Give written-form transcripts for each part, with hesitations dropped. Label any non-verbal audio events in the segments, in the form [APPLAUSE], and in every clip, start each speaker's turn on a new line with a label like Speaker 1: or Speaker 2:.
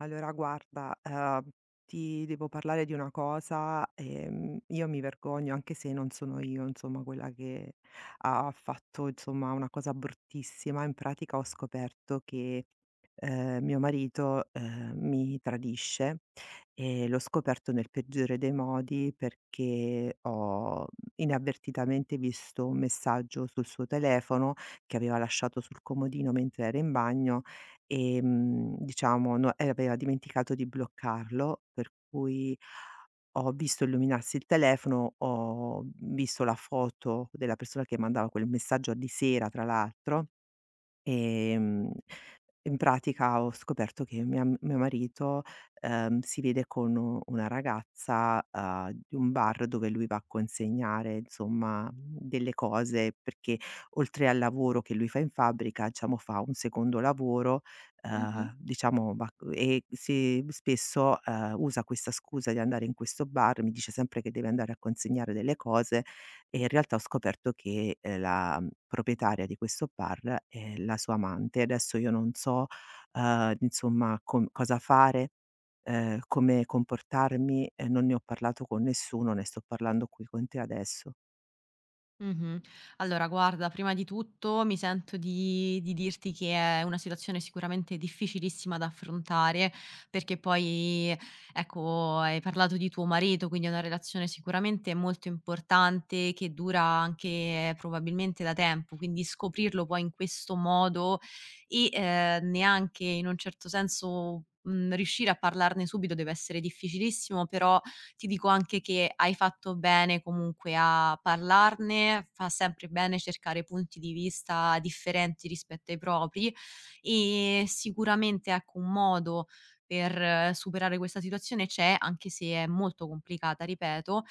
Speaker 1: Allora guarda, ti devo parlare di una cosa, io mi vergogno anche se non sono io insomma quella che ha fatto insomma una cosa bruttissima. In pratica ho scoperto che, mio marito, mi tradisce e l'ho scoperto nel peggiore dei modi perché ho inavvertitamente visto un messaggio sul suo telefono che aveva lasciato sul comodino mentre era in bagno. Diciamo no, e aveva dimenticato di bloccarlo, per cui ho visto illuminarsi il telefono, ho visto la foto della persona che mandava quel messaggio di sera, tra l'altro. Ehm, In pratica ho scoperto che mia mio marito, si vede con u una ragazza, di un bar dove lui va a consegnare insomma delle cose, perché oltre al lavoro che lui fa in fabbrica, diciamo fa un secondo lavoro,
Speaker 2: Mh-mh,
Speaker 1: diciamo va e si spesso, usa questa scusa di andare in questo bar, mi dice sempre che deve andare a consegnare delle cose e in realtà ho scoperto che, la, proprietaria di questo bar è la sua amante. Adesso io non so, insomma com cosa fare, come comportarmi, non ne ho parlato con nessuno, ne sto parlando qui con te adesso.
Speaker 2: mh-mh. Allora guarda, prima di tutto mi sento di dirti che è una situazione sicuramente difficilissima da affrontare, perché poi, ecco, hai parlato di tuo marito, quindi è una relazione sicuramente molto importante che dura anche probabilmente da tempo, quindi scoprirlo poi in questo modo e, neanche in un certo senso, riuscire a parlarne subito deve essere difficilissimo, però ti dico anche che hai fatto bene comunque a parlarne, fa sempre bene cercare punti di vista differenti rispetto ai propri e sicuramente ecco un modo per superare questa situazione c'è, anche se è molto complicata, ripeto,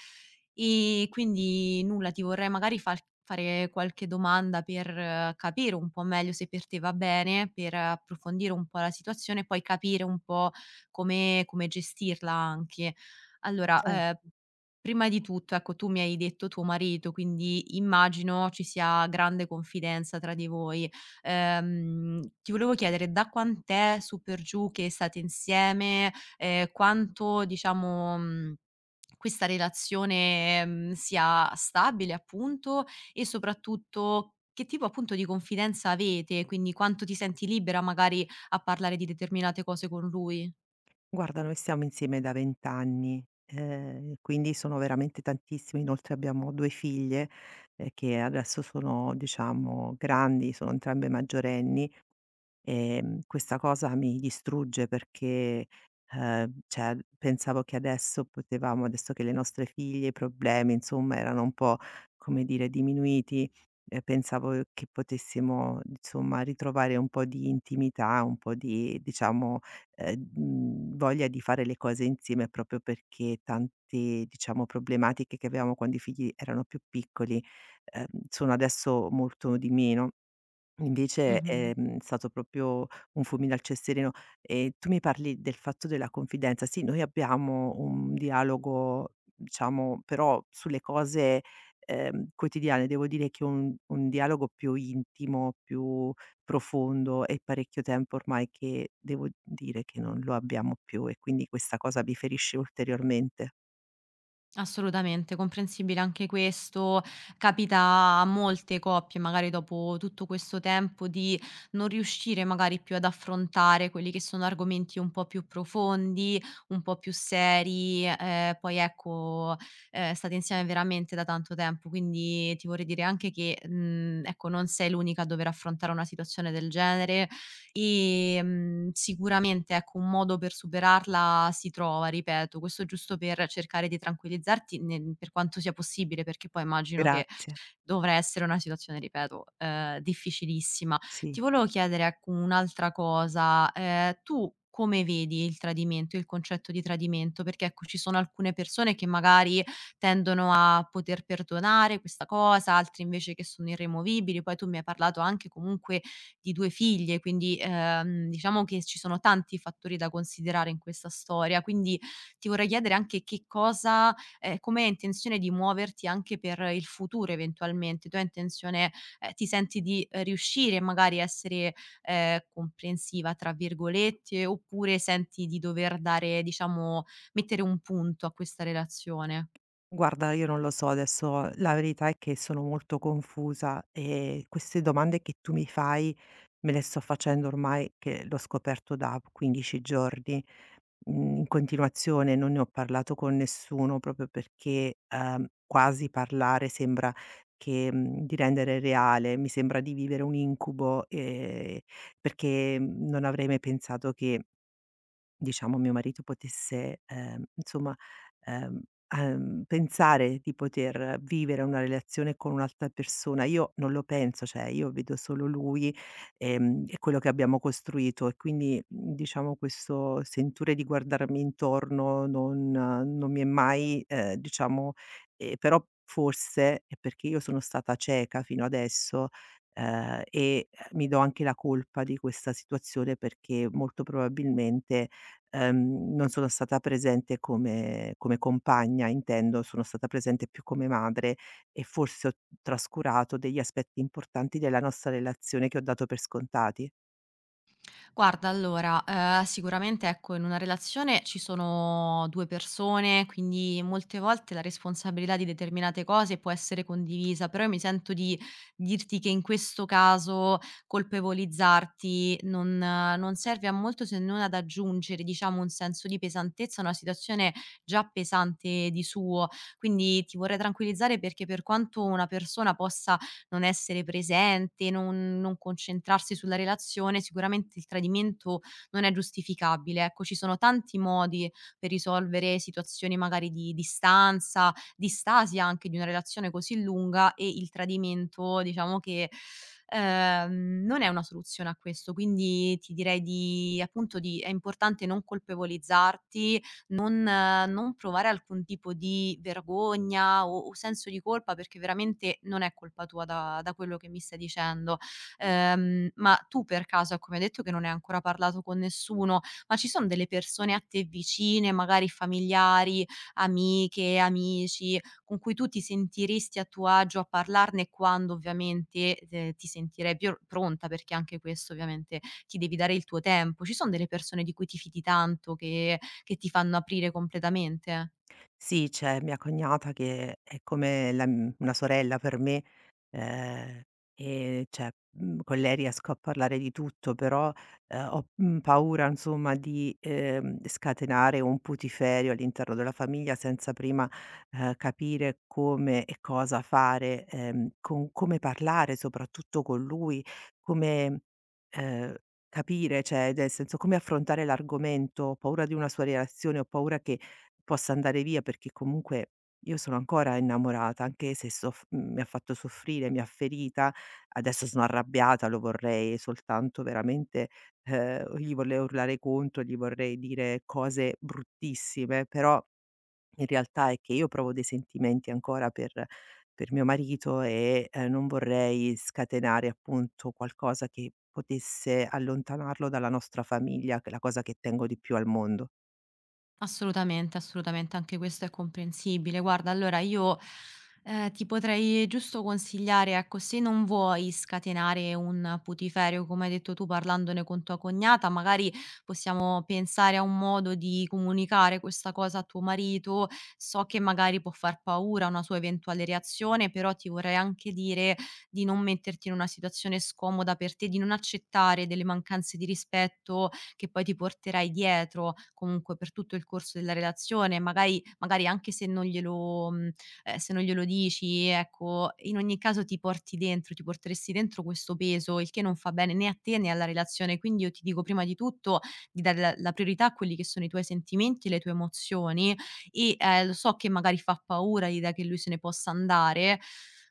Speaker 2: e quindi nulla, ti vorrei magari fal fare qualche domanda per capire un po' meglio se per te va bene, per approfondire un po' la situazione e poi capire un po' come gestirla anche. Allora,
Speaker 1: Cer
Speaker 2: ehm Prima di tutto, ecco, tu mi hai detto tuo marito, quindi immagino ci sia grande confidenza tra di voi. Ti volevo chiedere da quant'è su per giù che state insieme, quanto diciamo, questa relazione, sia stabile appunto e soprattutto che tipo appunto di confidenza avete, quindi quanto ti senti libera magari a parlare di determinate cose con lui?
Speaker 1: Guarda, noi stiamo insieme da 20 anni, quindi sono veramente tantissimi. Inoltre abbiamo 2 figlie, che adesso sono diciamo grandi, sono entrambe maggiorenni. Questa cosa mi distrugge perché, cioè pensavo che adesso che le nostre figlie, i problemi insomma erano un po', come dire, diminuiti, pensavo che potessimo insomma ritrovare un po' di intimità, un po' di diciamo, voglia di fare le cose insieme proprio perché tante, diciamo, problematiche che avevamo quando i figli erano più piccoli, sono adesso molto di meno. Invece,
Speaker 2: Mh-mh.
Speaker 1: stato proprio un fulmine al cesserino. E tu mi parli del fatto della confidenza. Sì, noi abbiamo un dialogo, diciamo, però sulle cose, quotidiane. Devo dire che è un dialogo più intimo, più profondo, è parecchio tempo ormai che devo dire che non lo abbiamo più, e quindi questa cosa mi ferisce ulteriormente.
Speaker 2: Assolutamente, comprensibile anche questo. Capita a molte coppie, magari dopo tutto questo tempo, di non riuscire magari più ad affrontare quelli che sono argomenti un po' più profondi, un po' più seri. Poi ecco, state insieme veramente da tanto tempo, quindi ti vorrei dire anche che, ecco, non sei l'unica a dover affrontare una situazione del genere. Sicuramente ecco un modo per superarla si trova, ripeto, questo giusto per cercare di tranquillizzarti nel per quanto sia possibile, perché poi immagino che
Speaker 1: Grazie,
Speaker 2: dovrà essere una situazione, ripeto, difficilissima. Ti
Speaker 1: sì.
Speaker 2: volevo chiedere, ecco, un'altra cosa: tu come vedi il tradimento, il concetto di tradimento? Perché ecco, ci sono alcune persone che magari tendono a poter perdonare questa cosa, altri invece che sono irremovibili, poi tu mi hai parlato anche comunque di 2 figlie, quindi, diciamo che ci sono tanti fattori da considerare in questa storia. Quindi ti vorrei chiedere anche che cosa come hai intenzione di muoverti anche per il futuro eventualmente. Tu hai intenzione ti senti di, riuscire magari a essere, "comprensiva" tra virgolette, oppure senti di dover dare diciamo mettere un punto a questa relazione?
Speaker 1: Guarda, io non lo so adesso, la verità è che sono molto confusa e queste domande che tu mi fai me le sto facendo, ormai che l'ho scoperto, da 15 giorni, in continuazione. Non ne ho parlato con nessuno proprio perché, quasi parlare sembra di rendere reale, mi sembra di vivere un incubo. Perché non avrei mai pensato che diciamo mio marito potesse, insomma, ehm, pensare di poter vivere una relazione con un'altra persona. Io non lo penso, cioè io vedo solo lui, e quello che abbiamo costruito, e quindi, diciamo questo sentore di guardarmi intorno non mi è mai, diciamo però forse è perché io sono stata cieca fino adesso, ehm, e eh, mi do anche la colpa di questa situazione perché molto probabilmente non sono stata presente come compagna intendo, sono stata presente più come madre e forse ho trascurato degli aspetti importanti della nostra relazione che ho dato per scontati.
Speaker 2: Guarda, allora, sicuramente, ecco, in una relazione ci sono 2 persone, quindi molte volte la responsabilità di determinate cose può essere condivisa, però io mi sento di dirti che in questo caso colpevolizzarti non non serve a molto se non ad aggiungere, diciamo, un senso di pesantezza a una situazione già pesante di suo. Quindi ti vorrei tranquillizzare perché per quanto una persona possa non essere presente, non concentrarsi sulla relazione, sicuramente il tradimento non è giustificabile. Ecco, ci sono tanti modi per risolvere situazioni magari di distanza, di stasi anche di una relazione così lunga e il tradimento diciamo che, non è una soluzione a questo. Quindi ti direi di appunto di è importante non colpevolizzarti non non provare alcun tipo di vergogna o senso di colpa, perché veramente non è colpa tua da quello che mi stai dicendo. Ma tu per caso, ecco, mi hai detto che non hai ancora parlato con nessuno, ma ci son delle persone a te vicine, magari familiari, amiche, amici, con cui tu ti sentiresti a tuo agio a parlarne quando ovviamente, ti sentirei più pronta, perché anche questo ovviamente ti devi dare il tuo tempo. Ci son delle persone di cui ti fidi tanto che ti fanno aprire completamente.
Speaker 1: Sì, c'è mia cognata che è come una sorella per me. Ehm, cioè, con lei riesco a parlare di tutto, però, ho, paura insomma di, scatenare un putiferio all'interno della famiglia senza prima, capire come e cosa fare, con come parlare soprattutto con lui, come, ehm, capire, cioè nel senso come affrontare l'argomento. Ho paura di una sua reazione, ho paura che possa andare via perché comunque io sono ancora innamorata, anche se mi ha fatto soffrire, mi ha ferita. Adesso sono arrabbiata, lo vorrei soltanto veramente gli vorrei urlare contro, gli vorrei dire cose bruttissime, però in realtà è che io provo dei sentimenti ancora per mio marito, e, non vorrei scatenare appunto qualcosa che potesse allontanarlo dalla nostra famiglia, che è la cosa che tengo di più al mondo.
Speaker 2: Assolutamente, assolutamente, anche questo è comprensibile. Guarda, allora io, ti potrei giusto consigliare, ecco, se non vuoi scatenare un putiferio, come hai detto tu parlandone con tua cognata, magari possiamo pensare a un modo di comunicare questa cosa a tuo marito. So che magari può far paura una sua eventuale reazione, però ti vorrei anche dire di non metterti in una situazione scomoda per te, di non accettare delle mancanze di rispetto che poi ti porterai dietro comunque per tutto il corso della relazione, magari anche se non glielo se non glielo dici, ecco, in ogni caso ti porteresti dentro questo peso, il che non fa bene né a te né alla relazione. Quindi io ti dico prima di tutto di dare la priorità a quelli che sono i tuoi sentimenti e le tue emozioni e, lo so che magari fa paura l'idea che lui se ne possa andare,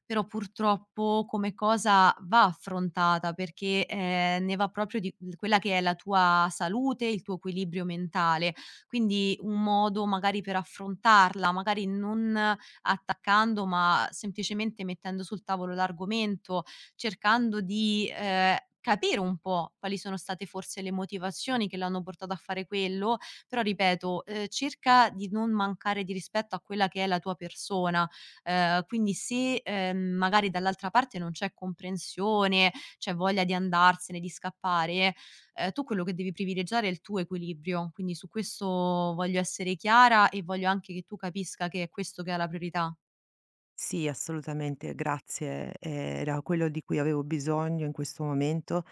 Speaker 2: però purtroppo come cosa va affrontata perché, ne va proprio di quella che è la tua salute, il tuo equilibrio mentale. Quindi un modo magari per affrontarla, magari non attaccando, ma semplicemente mettendo sul tavolo l'argomento, cercando di, capire un po' quali sono state forse le motivazioni che l'hanno portato a fare quello, però ripeto, cerca di non mancare di rispetto a quella che è la tua persona, quindi se, magari dall'altra parte non c'è comprensione, c'è voglia di andarsene, di scappare, tu quello che devi privilegiare è il tuo equilibrio. Quindi su questo voglio essere chiara e voglio anche che tu capisca che è questo che ha la priorità.
Speaker 1: Sì, assolutamente, grazie. Era quello di cui avevo bisogno in questo momento,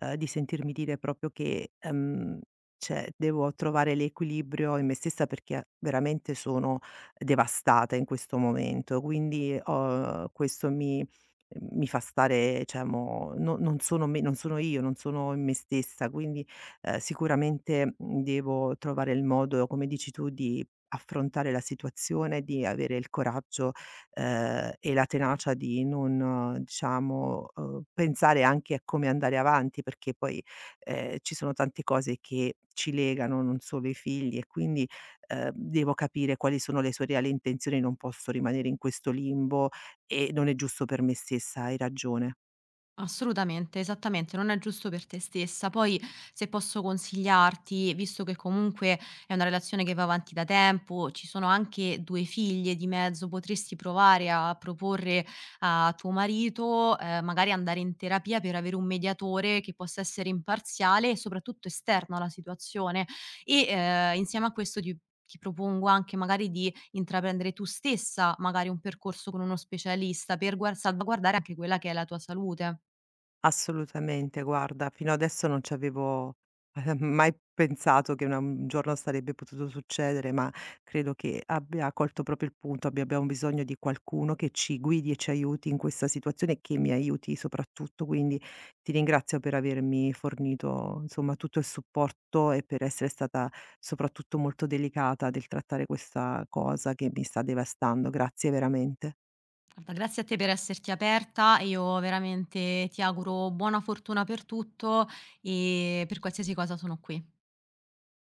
Speaker 1: di sentirmi dire proprio che, cioè devo trovare l'equilibrio in me stessa perché veramente sono devastata in questo momento. Quindi ho questo mi mi fa stare cioè mo no, non sono io, non sono in me stessa, quindi, sicuramente, devo trovare il modo, come dici tu, di affrontare la situazione, di avere il coraggio e la tenacia di non diciamo, pensare anche a come andare avanti, perché poi, ci sono tante cose che ci legano, non solo i figli, e quindi, devo capire quali sono le sue reali intenzioni, non posso rimanere in questo limbo e non è giusto per me stessa, hai ragione.
Speaker 2: Assolutamente, esattamente, non è giusto per te stessa. Poi se posso consigliarti, visto che comunque è una relazione che va avanti da tempo, ci sono anche 2 figlie di mezzo, potresti provare a proporre a tuo marito, magari andare in terapia per avere un mediatore che possa essere imparziale e soprattutto esterno alla situazione. E, insieme a questo ti propongo anche magari di intraprendere tu stessa magari un percorso con uno specialista per guar salvaguardare anche quella che è la tua salute.
Speaker 1: Assolutamente, guarda, fino adesso non ci avevo, [LAUGHS] mai pensato che una un giorno sarebbe potuto succedere, ma credo che abbia colto proprio il punto, abbiamo bisogno di qualcuno che ci guidi e ci aiuti in questa situazione e che mi aiuti soprattutto. Quindi ti ringrazio per avermi fornito, insomma, tutto il supporto e per essere stata soprattutto molto delicata nel trattare questa cosa che mi sta devastando. Grazie veramente.
Speaker 2: Guarda, grazie a te per esserti aperta e io veramente ti auguro buona fortuna per tutto e per qualsiasi cosa sono qui.